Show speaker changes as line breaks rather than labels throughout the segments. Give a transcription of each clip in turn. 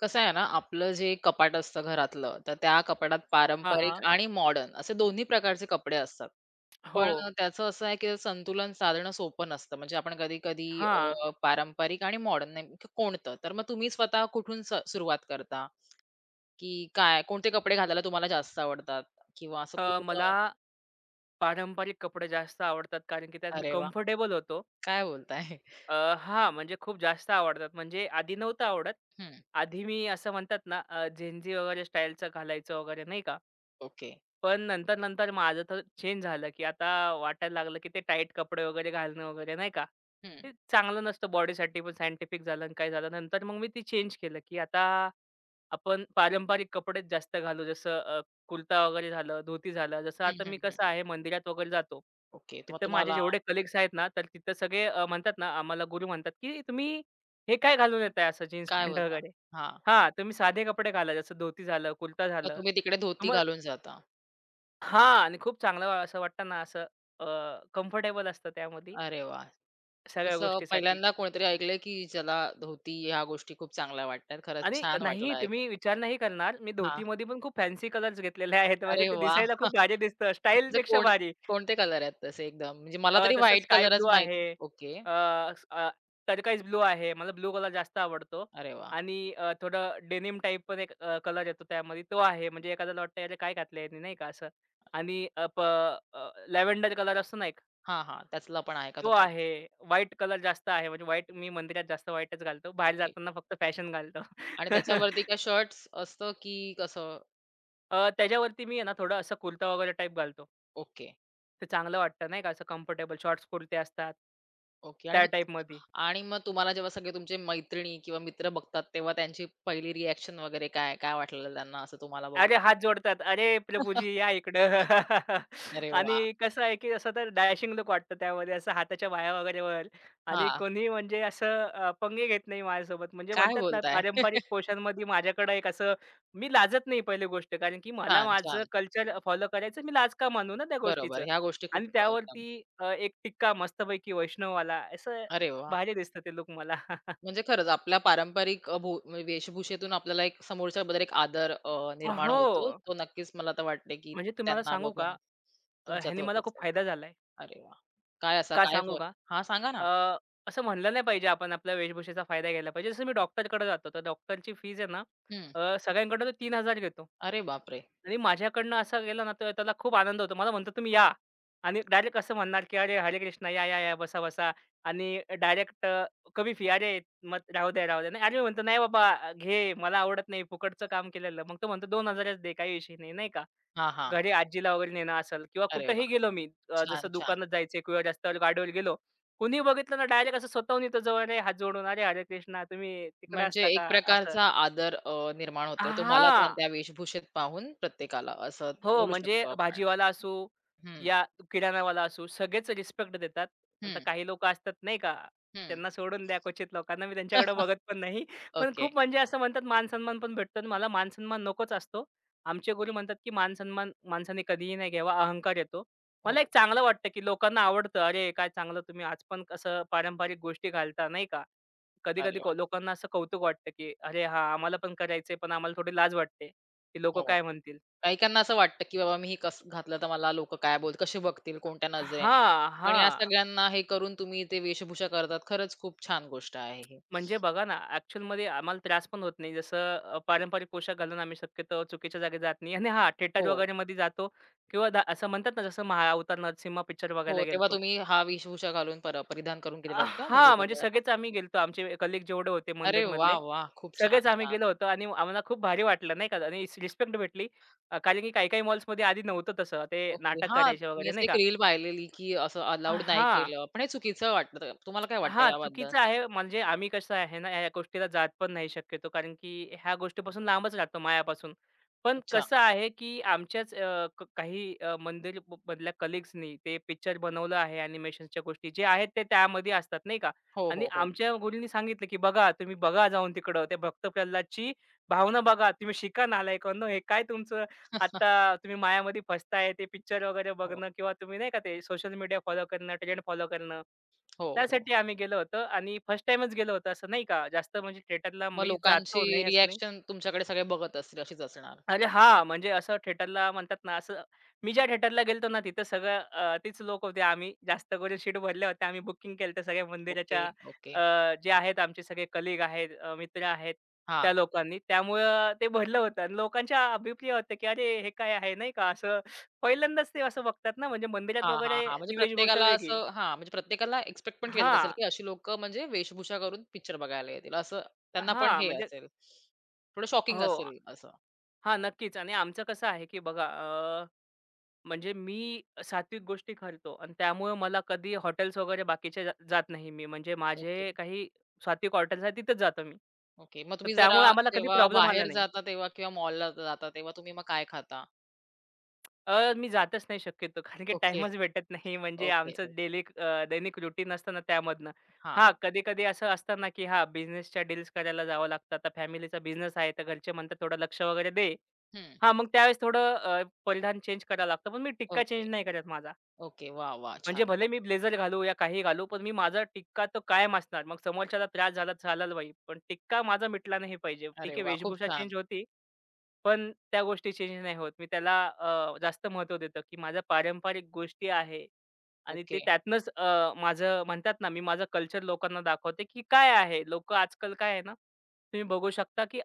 कसं आहे ना, आपलं जे कपाट असतं घरातलं, तर त्या कपाटात
हां,
पारंपरिक
हां.
आणि मॉडर्न असे दोन्ही प्रकारचे कपडे असतात.
हो.
पण त्याचं असं आहे, की संतुलन साधणं सोपं नसतं. म्हणजे आपण कधी-कधी
हां.
पारंपरिक आणि मॉडर्न नेमकं कोणतं? तर मग तुम्ही स्वतः कुठून सुरुवात करता? की काय कोणते कपडे घालायला तुम्हाला जास्त आवडतात? किंवा असं
मला
कोणतं.
पारंपरिक कपडे जास्त आवडतात कारण की त्यात मी
अरे वाह!
कम्फर्टेबल होतो.
काय बोलताय?
अ, हां, म्हणजे खूप जास्त आवडतात. म्हणजे आधी नव्हतं आवडत.
हं.
आधी मी असं म्हणतात ना, झेंजी वगैरे स्टाईलचं घालायचं वगैरे नाही का?
ओके.
पण नंतर-नंतर माझं तर चेंज झालं, की आता वाटायला लागलं, की ते टाईट कपडे वगैरे घालणं वगैरे नाही का,
हं,
ते चांगलं नसतं बॉडीसाठी पण सायंटिफिक झालं आणि काय झालं. नंतर मग मी ते चेंज केलं, की आता आपण पारंपरिक कपडेच जास्त घालू. जसं कुर्ता वगैरे झालं, धोती झालं. जसं
हं,
आता मी
हं, हं.
कसं आहे मंदिरात वगैरे जातो.
ओके. तर मग
तिथं माझे
तुम्हाला
जेवढे कलीग्स आहेत ना, तर तिथं सगळे म्हणतात ना, आम्हाला गुरु म्हणतात, की "तुम्ही हे काय घालून येताय असं जीन्स
काय
पॅन्ट
बोलता?
वगैरे?"
हां.
हां, तुम्ही साधे कपडे घाला. जसं धोती झालं, कुर्ता
मग
झालं.
तुम्ही तिकडे धोती घालून जाता.
हां. आणि खूप चांगलं असं वाटतं ना, असं अ, कम्फर्टेबल असतं त्यामध्ये
अरे वाह! मी
सगळ्या
असं
गोष्टीसाठी.
पहिल्यांदा कोणीतरी ऐकलंय की ज्याला धोती ह्या गोष्टी खूप चांगल्या वाटतात. खरंच
आणि
छान
नाही
वाटलं ऐकून.
तुम्ही विचार नाही करणार, मी
हां.
धोतीमध्ये पण खूप फॅन्सी कलर्स घेतलेले आहेत. म्हणजे
अरे
ते दिसायला
वाह!
खूप भारी दिसतं.
म्हणजे
स्टाईलपेक्षा
कोण
भारी.
कोणते कलर आहेत तसे एकदम? म्हणजे मला तरी
तसं
व्हाईट
स्काय
कलरच
ब्लू आहे.
माहिती. ओके.
अ, ब्लू आहे. मला ब्लू कलर जास्त आवडतो.
अरे वाह!
आणि थोडं डेनिम टाइप पण एक कलर येतो त्यामध्ये. तो आहे. म्हणजे एखाद्याला वाटतं, "अरे, काय घातलंय ह्यानी?" नाही का असं. आणि लॅव्हेंडर कलर असतो ना
हां, हां. त्यातला पण आहे का
तो
तुमच्याकडे?
आहे. व्हाईट कलर जास्त आहे. म्हणजे व्हाईट मी मंदिरात जास्त व्हाईटच घालतो. बाहेर
ओके.
जाताना फक्त फॅशन घालतो.
आणि त्याच्यावरती काय शर्ट्स असतं की कसं?
त्याच्यावरती मी आहे ना थोडं असं कुर्ता वगैरे टाइप घालतो.
ओके,
ते चांगलं वाटतं नाही का, असं कम्फर्टेबल शॉर्ट्स कुर्ते असतात.
ओके. आणि
त्या
मग,
टाइपमध्ये.
आणि मग तुम्हाला जेव्हा सगळे तुमचे मैत्रिणी किंवा मित्र बघतात, तेव्हा त्यांची पहिली रिएक्शन वगैरे काय? काय वाटलेलं त्यांना असं तुम्हाला बघून?
अरे, हात जोडतात. "अरे, प्रभुजी या इकडं."
अरे वाह!
आणि कसं आहे, की असं तर डॅशिंग लुक वाटतं त्यामध्ये, असं हाताच्या बाया वगैरे वर आणि
हां.
कोणी म्हणजे असं पंगे घेत नाही माझ्यासोबत. म्हणजे
काय
म्हणतात ना,
बोलताय?
पारंपरिक पोशाखमध्ये माझ्याकडे एक असं मी लाजत नाही पहिली गोष्ट, कारण की मला
छान,
माझं
छान.
कल्चर फॉलो करायचं. मी लाज का मानू ना त्या
बरोबर.
गोष्टीचं?
ह्या गोष्टी खूप
आणि
एकदम.
त्यावरती एक टिक्का मस्तपैकी वैष्णववाला, असं
अरे वाह!
भारी दिसतं ते लूक मला.
म्हणजे खरंच आपल्या पारंपरिक अ, भू म्हणजे वेशभूषेतून आपल्याला एक समोरच्याबद्दल एक आदर निर्माण
हो,
होतो. तो नक्कीच मला तर वाटते, की
म्हणजे तुम्हाला
त्यांना
सांगू
बघून
का?
तुमच्यात
ह्याने मला
होतच
खूप
आहे.
फायदा झालाय.
अरे वाह! काय असा
का
काय
सांगू
फरक
का?
हां, सांगा ना?
अ, असं म्हणलं नाही पाहिजे आपण आपल्या वेशभूषेचा फायदा घ्यायला पाहिजे. जसं मी डॉक्टरकडे जातो, तर डॉक्टरची फीज आहे ना
हं.
सगळ्यांकडून तो 3,000 घेतो.
अरे बापरे!
आणि माझ्याकडनं असा गेला ना, तर त्याला खूप आनंद होतो. मला म्हणतो, "तुम्ही या." आणि डायरेक्ट असं म्हणणार, की "अरे, हरे कृष्णा, या, या, या, बसा, बसा." आणि डायरेक्ट कमी फी. "अरे, मग राहू द्या, राहू द्या." नाही, अरे, मी म्हणतो, "नाही बाबा, घे. मला आवडत नाही फुकटचं काम केलेलं." मग तो म्हणतो, "2,000च दे, काही विषय नाही." नाही का?
हां, हां.
घरी आजीला वगैरे नेणं असेल किंवा
अरे
कुठेही
वाह!
गेलो मी
छान,
जसं
छान.
दुकानात जायचंय किंवा रस्त्यावर गाडीवर गेलो. कुणीही बघितलं ना डायरेक्ट असं स्वतःहून येतो जवळ, "अरे हात जोडून, अरे हरे कृष्णा तुम्ही तिकडे
म्हणजे
असता
एक
का?" असं
प्रकारचा आदर निर्माण होतोय तुम्हाला त्या
हां.
त्या वेशभूषेत पाहून प्रत्येकाला असं
हो,
बोलू
म्हणजे
शकतो आपण.
भाजीवाला असू
हं,
या किराणावाला असू, सगळेच रिस्पेक्ट देतात. आता
हं,
काही लोकं असतात नाही का,
हं.
त्यांना सोडून द्या क्वचित लोकांना. मी त्यांच्याकडे बघत पण नाही. पण
ओके.
खूप म्हणजे असं म्हणतात मान-सन्मान पण भेटतो आणि मला मान-सन्मान नकोच असतो. आमचे गुरु म्हणतात, की मान-सन्मान माणसाने कधीही नाही घ्यावा, अहंकार येतो.
हो.
मला एक चांगलं वाटतं, की लोकांना आवडतं, "अरे, काय चांगलं तुम्ही आज पण कसं पारंपरिक गोष्टी घालता," नाही का. कधी-कधी
अरे वाह!
लोकांना असं कौतुक वाटतं, की "अरे, हां, आम्हाला पण करायचंय, पण आम्हाला थोडी लाज वाटते, की लोकं
हो.
काय म्हणतील?"
काही-काहींना असं वाटतं, की बाबा मी हे कसं घातलं तर मला लोकं काय बोल कसे बघतील, कोणत्या नजरेने?
हां,
पण या
हां.
सगळ्यांना हे करून तुम्ही ते वेशभूषा करतात. खरंच खूप छान गोष्ट आहे ही.
म्हणजे बघा ना, ॲक्चुअलमध्ये आम्हाला त्रास पण होत नाही. जसं पारंपरिक पोशाख घालून आम्ही शक्यतो चुकीच्या जागी जात नाही आणि हां, थिएटर
हो,
वगैरेमध्ये जातो किंवा असं म्हणतात ना, जसं महाअवतार नरसिम्हा पिक्चर
हो.
बघायला
तेव्हा
गेलतो.
तुम्ही हा वेशभूषा घालून परिधान करून गेलेलात का मूव्ही
हां, म्हणजे
बघायला?
सगळेच आम्ही गेलतो. आमचे कलीग जेवढे होते
अरे वाह!
मंदिरमधले,
वाह! खूप
सगळेच
छान,
आम्ही
छान.
गेलो होतो आणि आम्हाला खूप भारी वाटलं नाही का आणि रिस्पेक्ट भेटली. कारण की काही-काही मॉल्समध्ये आधी नव्हतं तसं. ते
ओके.
नाटक
हां,
करायचे
मी
वगैरे
असं
नाही
एक
का?
रील पाहिलेली, की असं अलाउड नाही
हां.
केलं. पण हे चुकीचं वाटतं. तर तुम्हाला काय वाटतं
हां,
याबद्दल?
चुकीचं आहे. म्हणजे आम्ही कसं आहे ना, ह्या गोष्टीला जात पण नाही शक्यतो, कारण की ह्या गोष्टीपासून लांबच राहतो मायापासून. पण
अच्छा.
कसं आहे, की आमच्याच अ, क काही मंदिर मधल्या कलीग्सनी ते पिक्चर बनवलं आहे अॅनिमेशनच्या गोष्टी. जे आहेत ते त्यामध्ये असतात नाही का
हो,
आणि
हो, हो.
आमच्या गुरूंनी सांगितलं, की "बघा, तुम्ही बघा जाऊन तिकडं. ते भक्त प्रल्हादची भावना बघा. तुम्ही शिका नालायकांनो, हे काय तुमचं?" आता तुम्ही मायामध्ये फसताय ते पिक्चर वगैरे
हो,
बघणं किंवा तुम्ही नाही का ते सोशल मीडिया फॉलो करणं, ट्रेंड फॉलो करणं.
हो, हो.
त्यासाठी आम्ही गेलो होतो आणि फर्स्ट टाईमच गेलो होतो असं नाही का. जास्त म्हणजे थिएटरला
मग
मी जातो
लोकांची
नाही असं नाही.
रिएक्शन तुमच्याकडे सगळे बघत असतील, अशीच असणार.
अरे हां, म्हणजे असं थिएटरला म्हणतात ना, असं मी ज्या थिएटरला गेलो ना, तिथं सगळं तीच लोक होते. आम्ही जास्त करून सीट भरल्या होत्या. आम्ही बुकिंग केलं होतं सगळ्या
ओके,
मंदिराच्या
ओके.
जे आहेत आमचे सगळे कलीग आहेत, मित्र आहेत त्या
हां.
लोकांनी. त्यामुळं ते भरलं होतं आणि लोकांच्या अभिप्राय होत्या, की "अरे, हे काय आहे?" नाही का, असं पहिल्यांदाच ते असं बघतात ना, म्हणजे मंदिरात
हां, हां,
वगैरे
हां.
ती वेशभूषा वेगळी.
म्हणजे प्रत्येकाला एक्स्पेक्ट पण केलेलं असेल,
हां,
की अशी लोकं म्हणजे वेशभूषा करून पिक्चर बघायला येतील असं त्यांना पण
हां,
हे
म्हणजे
असेल. थोडं शॉकिंग
हो.
असेल असं.
हां, नक्कीच आणि आमचं कसं आहे, की बघा म्हणजे मी सात्विक गोष्टी खातो आणि त्यामुळे मला कधी हॉटेल्स वगैरे बाकीचे जात नाही मी. म्हणजे
ओके,
माझे काही सात्विक हॉटेल्स आहेत तिथेच जातो मी.
ओके. मग
तर
तुम्ही जरा
त्यामुळे आम्हाला कधी
जेव्हा
प्रॉब्लेम आला
बाहेर
नाही.
जाता तेव्हा किंवा मॉलला जाता तेव्हा तुम्ही मग काय खाता?
मी जातच नाही शक्यतो कारण की
ओके,
टाईमच भेटत नाही. म्हणजे
ओके,
आमचं
ओके.
डेली दैनिक रुटीन असतं ना त्यामधनं.
हां.
हां, कधी-कधी असं असतं ना की हां, बिझनेसच्या डील्स करायला जावं लागतं. आता फॅमिलीचा बिझनेस आहे तर घरचे म्हणतात थोडं लक्ष वगैरे दे.
हं.
हां, मग त्यावेळेस थोडं परिधान चेंज करावं लागतं. पण मी टिक्का
ओके,
चेंज नाही करत माझा.
ओके. वाह! वाह!
म्हणजे
छान,
भले
छान.
मी ब्लेझर घालू या काही घालू, पण मी माझा टिक्का तो कायम असणार. मग समोरच्याला त्रास झाला झालाच बाई, पण टिक्का माझा मिटला नाही पाहिजे.
अरे
ठीक आहे,
वाह! खूप
वेशभूषा
छान.
चेंज होती, पण त्या गोष्टी चेंज नाही होत. मी त्याला जास्त महत्त्व देतो, की माझ्या पारंपरिक गोष्टी आहे आणि ते
ओके.
त्यातनंच माझं म्हणतात ना, मी माझं कल्चर लोकांना दाखवते, की काय आहे. लोकं आजकाल काय आहे ना, तुम्ही बघू शकता, की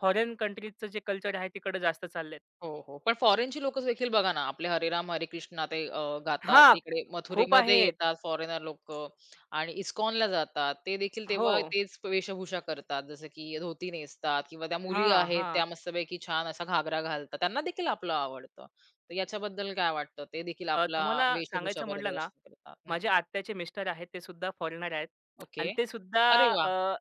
फॉरेन कंट्रीजचं जे कल्चर आहे तिकडे जास्त चाललेत.
हो, हो. पण फॉरेनची लोकं देखील बघा ना, आपले हरे राम हरे कृष्णा ते गातात.
हां,
तिकडे
खूप
मथुरेमध्ये
आहेत.
येतात फॉरेनर लोक आणि इस्कॉनला जातात. ते देखील
हो.
तेव्हा तेच वेशभूषा करतात. जसं की धोती नेसतात किंवा त्या मुली
हां,
आहेत,
हां.
त्या मस्तपैकी छान असा घागरा घालतात. त्यांना देखील आपलं आवडतं. तर याच्याबद्दल काय वाटतं? ते देखील आपला
तुम्हाला
वेशभूषा
सांगायचं म्हटलं ना,
प्रदर्शन करतात. हं.
माझ्या आत्याचे मिस्टर आहेत, ते सुद्धा फॉरेनर आहेत
ओके.
आणि ते सुद्धा
अरे वाह!
अ,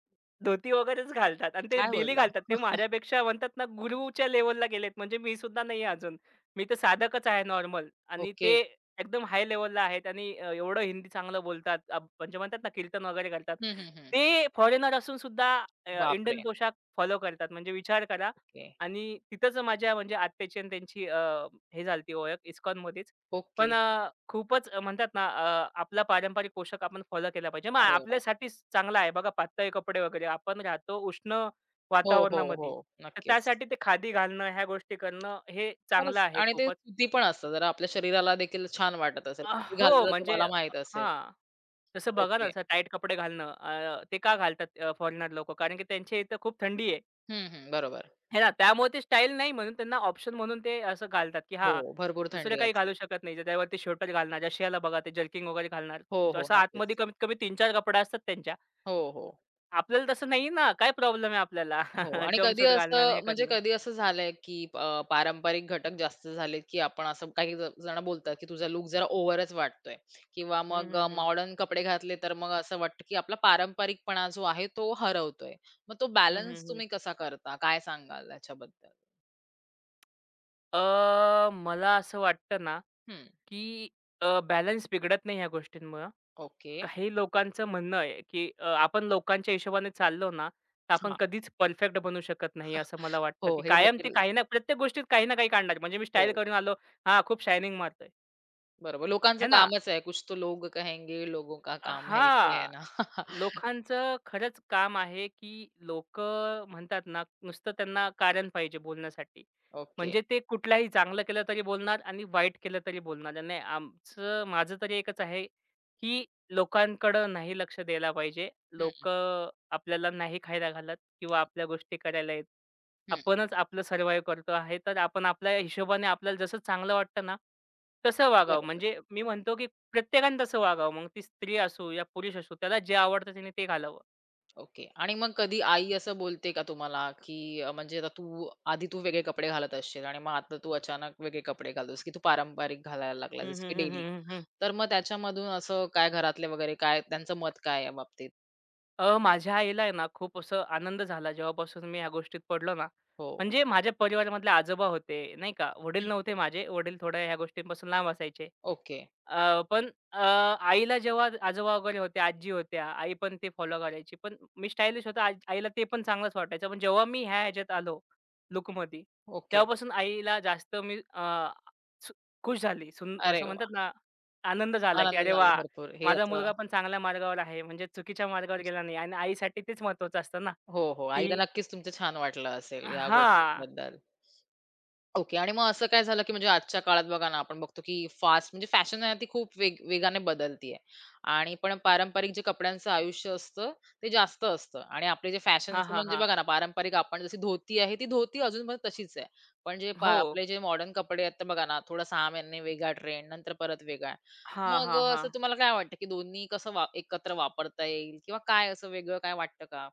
धोती वगैरेच घालतात आणि ते
काय
डेली
बोलता?
घालतात. ते माझ्यापेक्षा म्हणतात ना, गुरूच्या लेव्हलला गेलेत. म्हणजे मी सुद्धा नाही आहे अजून. मी तर साधकच आहे नॉर्मल आणि
ओके.
ते एकदम हाय लेव्हलला आहेत आणि एवढं हिंदी चांगलं बोलतात. म्हणजे म्हणतात ना, कीर्तन वगैरे करतात.
हं, हं, हं.
ते फॉरेनर असून सुद्धा इंडियन
बापरे!
पोशाख फॉलो करतात. म्हणजे विचार करा
ओके.
आणि तिथंच माझ्या म्हणजे आत्याची आणि त्यांची हे झाली ओळख इस्कॉनमध्येच.
ओके.
पण खूपच म्हणतात ना आपला पारंपरिक पोशाख आपण फॉलो केला पाहिजे. मग
अरे वाह!
आपल्यासाठीच चांगला आहे बघा पातळ कपडे वगैरे. आपण राहतो उष्ण
हो, हो, हो.
वातावरणामध्ये. तर
नक्कीच.
त्यासाठी ते खादी घालणं, ह्या गोष्टी करणं हे चांगलं
खरंच
आहे
आणि ते
खूपच.
सूती पण असतं. जरा आपल्या शरीराला देखील छान वाटत असेल. ते
हो,
घातलेलं
म्हणजे
तुम्हाला माहीत असेल.
हां. जसं बघा ना,
ओके.
असं टाईट कपडे घालणं. ते का घालतात फॉरेनर लोकं? कारण की त्यांच्या इथं खूप थंडी आहे.
हं, हं. बरोबर.
हे ना, त्यामुळे ते स्टाईल नाही म्हणून त्यांना ऑप्शन म्हणून ते असं घालतात, की
हो,
हां,
भरपूर
दुसरं
थंडी
काही
असते.
घालू शकत नाही. त्याच्यावरती स्वेटर घालणार, रशियाला बघा ते जर्किंग वगैरे घालणार.
हो, हो.
असं आतमध्ये
नक्कीच.
कमीत कमी 3-4 कपडे असतात त्यांच्या.
हो, हो.
आपल्याला तसं नाही ना, काय प्रॉब्लेम आहे आपल्याला?
हो आणि कधी
जम्पसूट घालणं आणि
असं
हे करणं.
झालंय, की पारंपरिक घटक जास्त झालेत, की आपण असं काही जण बोलतात, की तुझा लूक जरा ओव्हरच वाटतोय किंवा
हं,
मग
हं, हं.
मॉडर्न कपडे घातले, तर मग असं वाटतं, की आपला पारंपरिकपणा जो आहे तो हरवतोय. मग तो
हं, हं,
बॅलन्स
हं.
तुम्ही कसा करता? काय सांगाल याच्याबद्दल?
मला असं वाटतं ना,
हं.
की बॅलन्स बिघडत नाही ह्या गोष्टींमुळं.
ओके.
काही लोकांचं म्हणणं आहे, की आपण लोकांच्या हिशोबाने चाललो ना, तर आपण कधीच परफेक्ट बनू शकत नाही, असं मला वाटतं,
हो,
की
हे
कायम ते
देखील,
काही ना प्रत्येक गोष्टीत काही ना काही काढणार. म्हणजे मी स्टाईल
हो,
करून आलो, हां, खूप शायनिंग मारतोय.
बरोबर. लोकांचं
है ना
कामच आहे. कुछ तो लोग कहेंगे, लोगों का काम है के है
हां.
ना.
लोकांचं खरंच काम आहे, की लोक म्हणतात ना, नुसतं त्यांना कारण पाहिजे बोलण्यासाठी.
ओके.
म्हणजे ते कुठलाही चांगलं केलं तरी बोलणार आणि वाईट केलं तरी बोलणार. आणि नाही आमचं माझं तरी एकच आहे, की लोकांकडं नाही लक्ष द्यायला पाहिजे.
हं,
लोकं आपल्याला नाही खायला घालत किंवा आपल्या गोष्टी करायला येत.
हं.
आपणच आपलं सर्व्हायव्ह करतो आहे, तर आपण आपल्या हिशोबाने आपल्याला जसं चांगलं वाटतं ना, तसं वागावं.
बरोबर.
म्हणजे मी म्हणतो, की प्रत्येकाने तसं वागावं. मग ती स्त्री असो या पुरुष असो, त्याला जे आवडतं त्याने ते घालावं.
ओके. आणि मग कधी आई असं बोलते का तुम्हाला, की म्हणजे आता तू आधी तू वेगळे कपडे घालत असशील आणि मग आता तू अचानक वेगळे कपडे घालतोस, की तू पारंपरिक घालायला लागला
हं,
जसं की
हं, हं,
डेली.
हं, हं, हं.
तर मग त्याच्यामधून असं काय घरातले वगैरे काय त्यांचं मत काय आहे याबाबतीत?
माझ्या आईला आहे ना, खूप असं आनंद झाला जेव्हापासून मी ह्या गोष्टीत पडलो ना.
हो.
म्हणजे माझ्या परिवारामधले आजोबा होते, नाही का. वडील
हं.
नव्हते माझे. वडील थोड्या ह्या गोष्टींपासून लांब असायचे.
ओके,
पण आईला जेव्हा आजोबा वगैरे होते, आजी होत्या, आई पण ते फॉलो करायची. पण मी स्टायलिश होतो. आज आईला ते पण चांगलंच वाटायचं. पण जेव्हा मी ह्याच्यात आलो लूकमध्ये,
ओके.
तेव्हापासून आईला जास्त मी अ, सु खुश झाली. सुन
अरे
असं म्हणतात
वाह!
ना, आनंद झाला, की
आनंद
"अरे
झाला
वाह!
भरपूर. हे
माझा
असं,
मुलगा पण चांगल्या मार्गावर आहे." म्हणजे चुकीच्या मार्गावर गेला नाही आणि आईसाठी तेच महत्त्वाचं असतं ना,
हो, हो. आईला
की
नक्कीच तुमचं छान वाटलं असेल या
हां.
गोष्टींबद्दल. ओके. आणि मग असं काय झालं, की म्हणजे आजच्या काळात बघा ना, आपण बघतो, की फास्ट म्हणजे फॅशन आहे ती खूप वेग वेगाने बदलतीये आणि पण पारंपरिक जे कपड्यांचं आयुष्य असतं, ते जास्त असतं आणि आपले जे
हां,
फॅशनचं
हां,
म्हणजे
हां.
बघा ना, पारंपरिक आपण जशी धोती आहे, ती धोती अजून पण तशीच आहे. पण जे पा
हो.
आपले जे मॉडर्न कपडे आहेत, तर बघा ना, थोडं 6 महिने वेगळा ट्रेंड, नंतर परत वेगळा.
हां,
मग
हां, हां.
असं तुम्हाला काय वाटतं, की दोन्ही कसं वा एकत्र वापरता येईल किंवा काय असं वेगळं काय वाटतं का?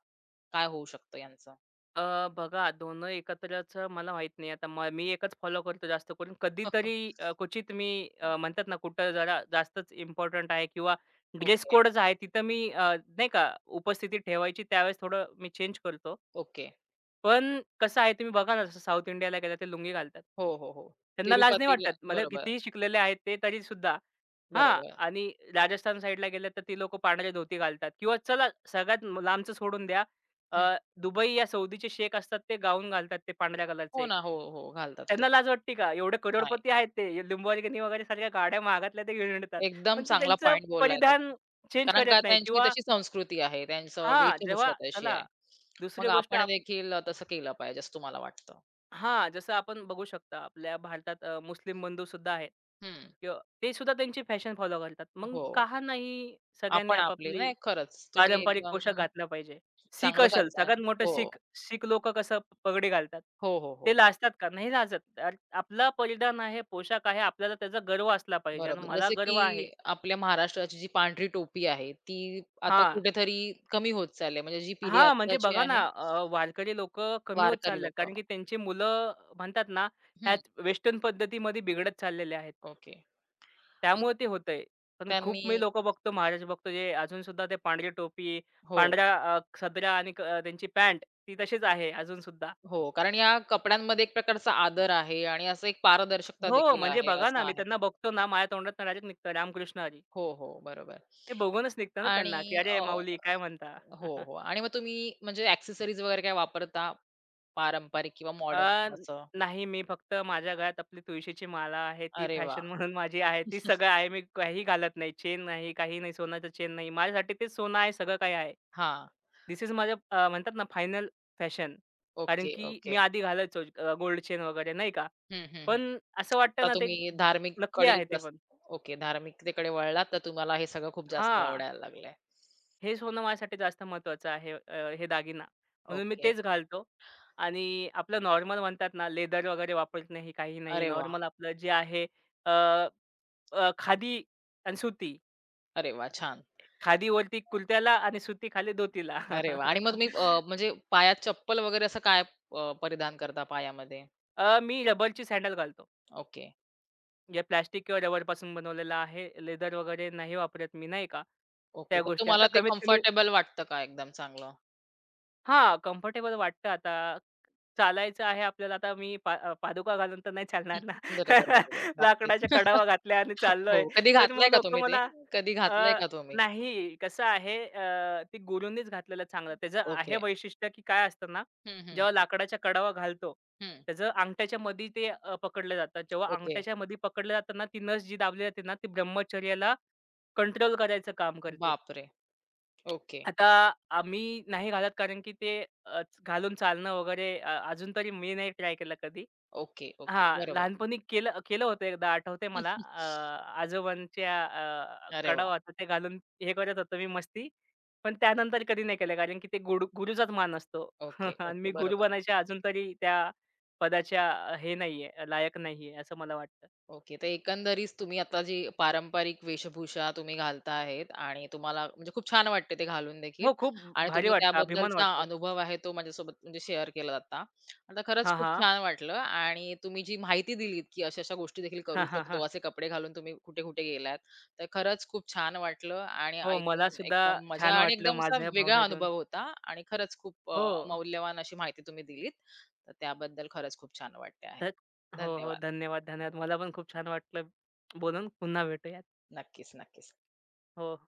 काय होऊ शकतं यांचं?
अ, बघा दोन्ही एकत्रच मला माहीत नाही. आता मी एकच फॉलो करतो जास्त करून. कधीतरी क्वचित मी म्हणतात ना कुठं जरा जास्तच इम्पोर्टंट आहे किंवा ड्रेस
ओके.
कोडच आहे तिथं मी नाही का उपस्थिती ठेवायची त्यावेळेस थोडं मी चेंज करतो.
ओके.
पण कसं आहे तुम्ही बघा ना जसं साउथ इंडियाला गेला ते लुंगी घालतात.
हो, हो, हो.
त्यांना लाज नाही
तिरुपतीला
वाटत. म्हणजे
बरोबर,
कितीही शिकलेले आहेत ते तरीसुद्धा. हां.
बरोबर.
आणि राजस्थान साइडला गेलं तर ती लोकं पांढरे धोती घालतात किंवा चला सगळ्यात लांबचं सोडून द्या. अ,
हं.
दुबई या सौदीचे शेख असतात ते गाऊन घालतात ते पांढऱ्या कलरचे
हो
एक.
ना. हो, हो. घालतात
त्यांना
ते.
लाज वाटते का? एवढे
नाही.
करोडपती आहेत ते. Lamborghini वगैरे सारख्या गाड्या महागातल्या ते घेऊन येतात.
एकदम
पण ते
चांगला
त्यांचं
पॉइंट बोललाय तुम्ही.
परिधान चेंज
कारण का
करत नाही
त्यांची
किंवा
तशी संस्कृती आहे. त्यांचं
हां, जेव्हा
वेशभूषा तशी
चला
आहे. मग
दुसरी गोष्ट
आपण देखील तसं केलं पाहिजे असं तुम्हाला वाटतं.
हां, जसं आपण बघू शकता आपल्या भारतात मुस्लिम बंधू सुद्धा आहेत
हं.
किंवा ते सुद्धा त्यांची फॅशन फॉलो करतात. मग
हो.
का नाही सगळ्यांनी
आपण आपली
आपापली
नाही खरंच तुम्ही
पारंपरिक
एकदम
पोशाख घातला पाहिजे. सीख
चांगलं
असेल
करताय.
सगळ्यात मोठं
हो.
सीख, सीख लोक कसं पगडी घालतात.
हो, हो,
ते
हो.
लाजतात का? नाही लाजत. आपला परिधान आहे, पोशाख आहे, आपल्याला त्याचा गर्व असला पाहिजे आणि
बरोबर.
मला
जसं की
गर्व आहे.
आपल्या महाराष्ट्राची जी पांढरी टोपी आहे, ती आता
हां,
कुठेतरी कमी होत चालली आहे. म्हणजे जी पिढी
हां, म्हणजे
आत्ताची
बघा ना
आहे,
वारकरी लोकं कमी होत
वारकरी
चालले आहेत कारण
लोकं.
की त्यांची मुलं म्हणतात ना,
हं.
ह्याच वेस्टर्न पद्धतीमध्ये बिघडत चाललेले आहेत.
ओके. मग
त्यामुळे ते होतंय. पण खूप
त्यांनी,
मी लोकं बघतो, महाराज बघतो, जे अजूनसुद्धा ते पांढरी टोपी,
हो,
पांढरा सदरा आणि त्यांची पॅन्ट ती तशीच आहे अजूनसुद्धा.
हो. कारण या कपड्यांमध्ये एक प्रकारचा आदर आहे आणि असं एक पारदर्शकता
हो,
देखील
म्हणजे
आहे,
बघा
असं
ना, मी
आहे.
त्यांना बघतो ना, माझ्या तोंडातनं डायरेक्ट निघतं रामकृष्ण हरी.
हो, हो, बरोबर.
ते बघूनच निघतं ना
आणि
त्यांना, की "अरे माऊली काय म्हणता?"
हो, हो. आणि मग तुम्ही म्हणजे एक्सेसरीज वगैरे काय वापरता? पारंपरिक किंवा
अ,
मॉडर्न असं?
नाही मी फक्त माझ्या गळ्यात आपली तुळशीची माला आहे ती
अरे वा
फॅशन म्हणून माझी आहे. ती सगळं आहे. मी काही घालत नाही. चेन नाही, काही नाही, सोन्याचं चेन नाही. माझ्यासाठी ते सोनं आहे, सगळं काही आहे.
हां.
धिस इज माझं म्हणतात ना फायनल फॅशन. कारण
ओके,
की मी
ओके.
आधी घालायचो गोल्ड चेन वगैरे नाही का?
हं, हं, हं.
पण असं वाटतं
आता
ना ते
तुम्ही
नकली
धार्मिककडे
आहे ते
जास्त,
पण.
ओके, धार्मिकतेकडे वळलात तर तुम्हाला हे सगळं खूप जास्त
हां.
आवडायला लागलंय.
हेच होणं माझ्यासाठी जास्त महत्त्वाचं आहे हे दागिना. म्हणून मी
ओके.
तेच घालतो आणि आपलं नॉर्मल म्हणतात ना, लेदर वगैरे वापरत नाही, काही नाही.
अरे वाह!
नॉर्मल आपलं जे आहे अ, अ, खादी आणि सुती.
अरे वाह! छान.
खादीवरती कुर्त्याला आणि सुतीखाली धोतीला.
अरे वाह! आणि मग तुम्ही म्हणजे पायात चप्पल वगैरे असं काय परिधान करता पायामध्ये?
मी रबरची सँडल घालतो.
ओके,
जे प्लास्टिक किंवा रबरपासून बनवलेलं आहे. लेदर वगैरे नाही वापरत मी, नाही का?
ओके.
त्या
मग
गोष्टी. आता
तुम्हाला ते
कमीत कमी
कम्फर्टेबल वाटतं का एकदम चांगलं?
हां, कम्फर्टेबल वाटतं आता. चालायचं आहे आपल्याला आता मी पादुका घालून तर नाही
हं.
चालणार ना.
बरोबर, बरोबर. नक्कीच.
लाकडाच्या कडावा घातल्या आणि
हो,
चाललोय.
कधी
तर मग
घातलंय का
लोकं
तुम्ही ते?
मला
कधी घातलंय
अ,
का तुम्ही?
नाही कसं आहे ते गुरूंनीच घातलेलं चांगलं. त्याचं आहे
ओके.
वैशिष्ट्य की काय असतं ना,
हं, हं, हं.
जेव्हा लाकडाच्या कडावा घालतो,
हं.
त्याचं अंगठ्याच्या मध्ये ते पकडलं जातं. जेव्हा
ओके.
अंगठ्याच्या मध्ये पकडलं जातं ना, ती नस जी दाबली जाते ना, ती ब्रह्मचर्याला कंट्रोल करायचं काम करते.
बापरे! ओके,
आता आम्ही नाही घालत कारण की ते घालून चालणं वगैरे अजून तरी मी नाही ट्राय केलं कधी.
Okay, okay.
हां,
बरोबर.
लहानपणी केलं केलं होतं एकदा आठवतंय मला. आजोबांच्या
अरे
कडा
वाह!
होता ते घालून हे करत होतो मी मस्ती. पण त्यानंतर कधी नाही केलं कारण की ते गुरुचाच मान असतो.
ओके,
आणि
ओके.
मी गुरु
बरोबर.
बनायच्या अजून तरी त्या पदाच्या हे नाहीये, लायक नाहीये असं मला वाटतं.
ओके. तर एकंदरीत तुम्ही आता जी पारंपरिक वेशभूषा तुम्ही घालता आहेत आणि तुम्हाला म्हणजे खूप छान वाटते ते घालून देखील
हो, खूप
आणि
भारी
तुम्ही
वाटतं, अभिमान
त्याबद्दलचा
वाटतो.
अनुभव आहे तो माझ्यासोबत म्हणजे शेअर केला आता. आता खरंच
हां,
खूप
हां.
छान वाटलं आणि तुम्ही जी माहिती दिलीत, की अशा-अशा गोष्टी देखील करू
हां, हां, हां.
शकतो, असे कपडे घालून तुम्ही कुठे-कुठे गेलात. तर खरंच खूप छान वाटलं आणि
हो, मला
ऐकून
सुद्धा
एकदम मजा
छान
आणि
वाटलं
एकदम असा
माझ्या
वेगळा
भावना देऊन.
अनुभव होता आणि खरंच खूप
हो.
मौल्यवान अशी माहिती तुम्ही दिलीत. तर त्याबद्दल खरंच खूप छान वाटते आहे.
ध हो, हो.
धन्यवाद.
धन्यवाद, धन्यवाद.
धन्यवाद.
मला पण खूप छान वाटलं बोलून. पुन्हा भेटूयात.
नक्कीच, नक्कीच.
हो.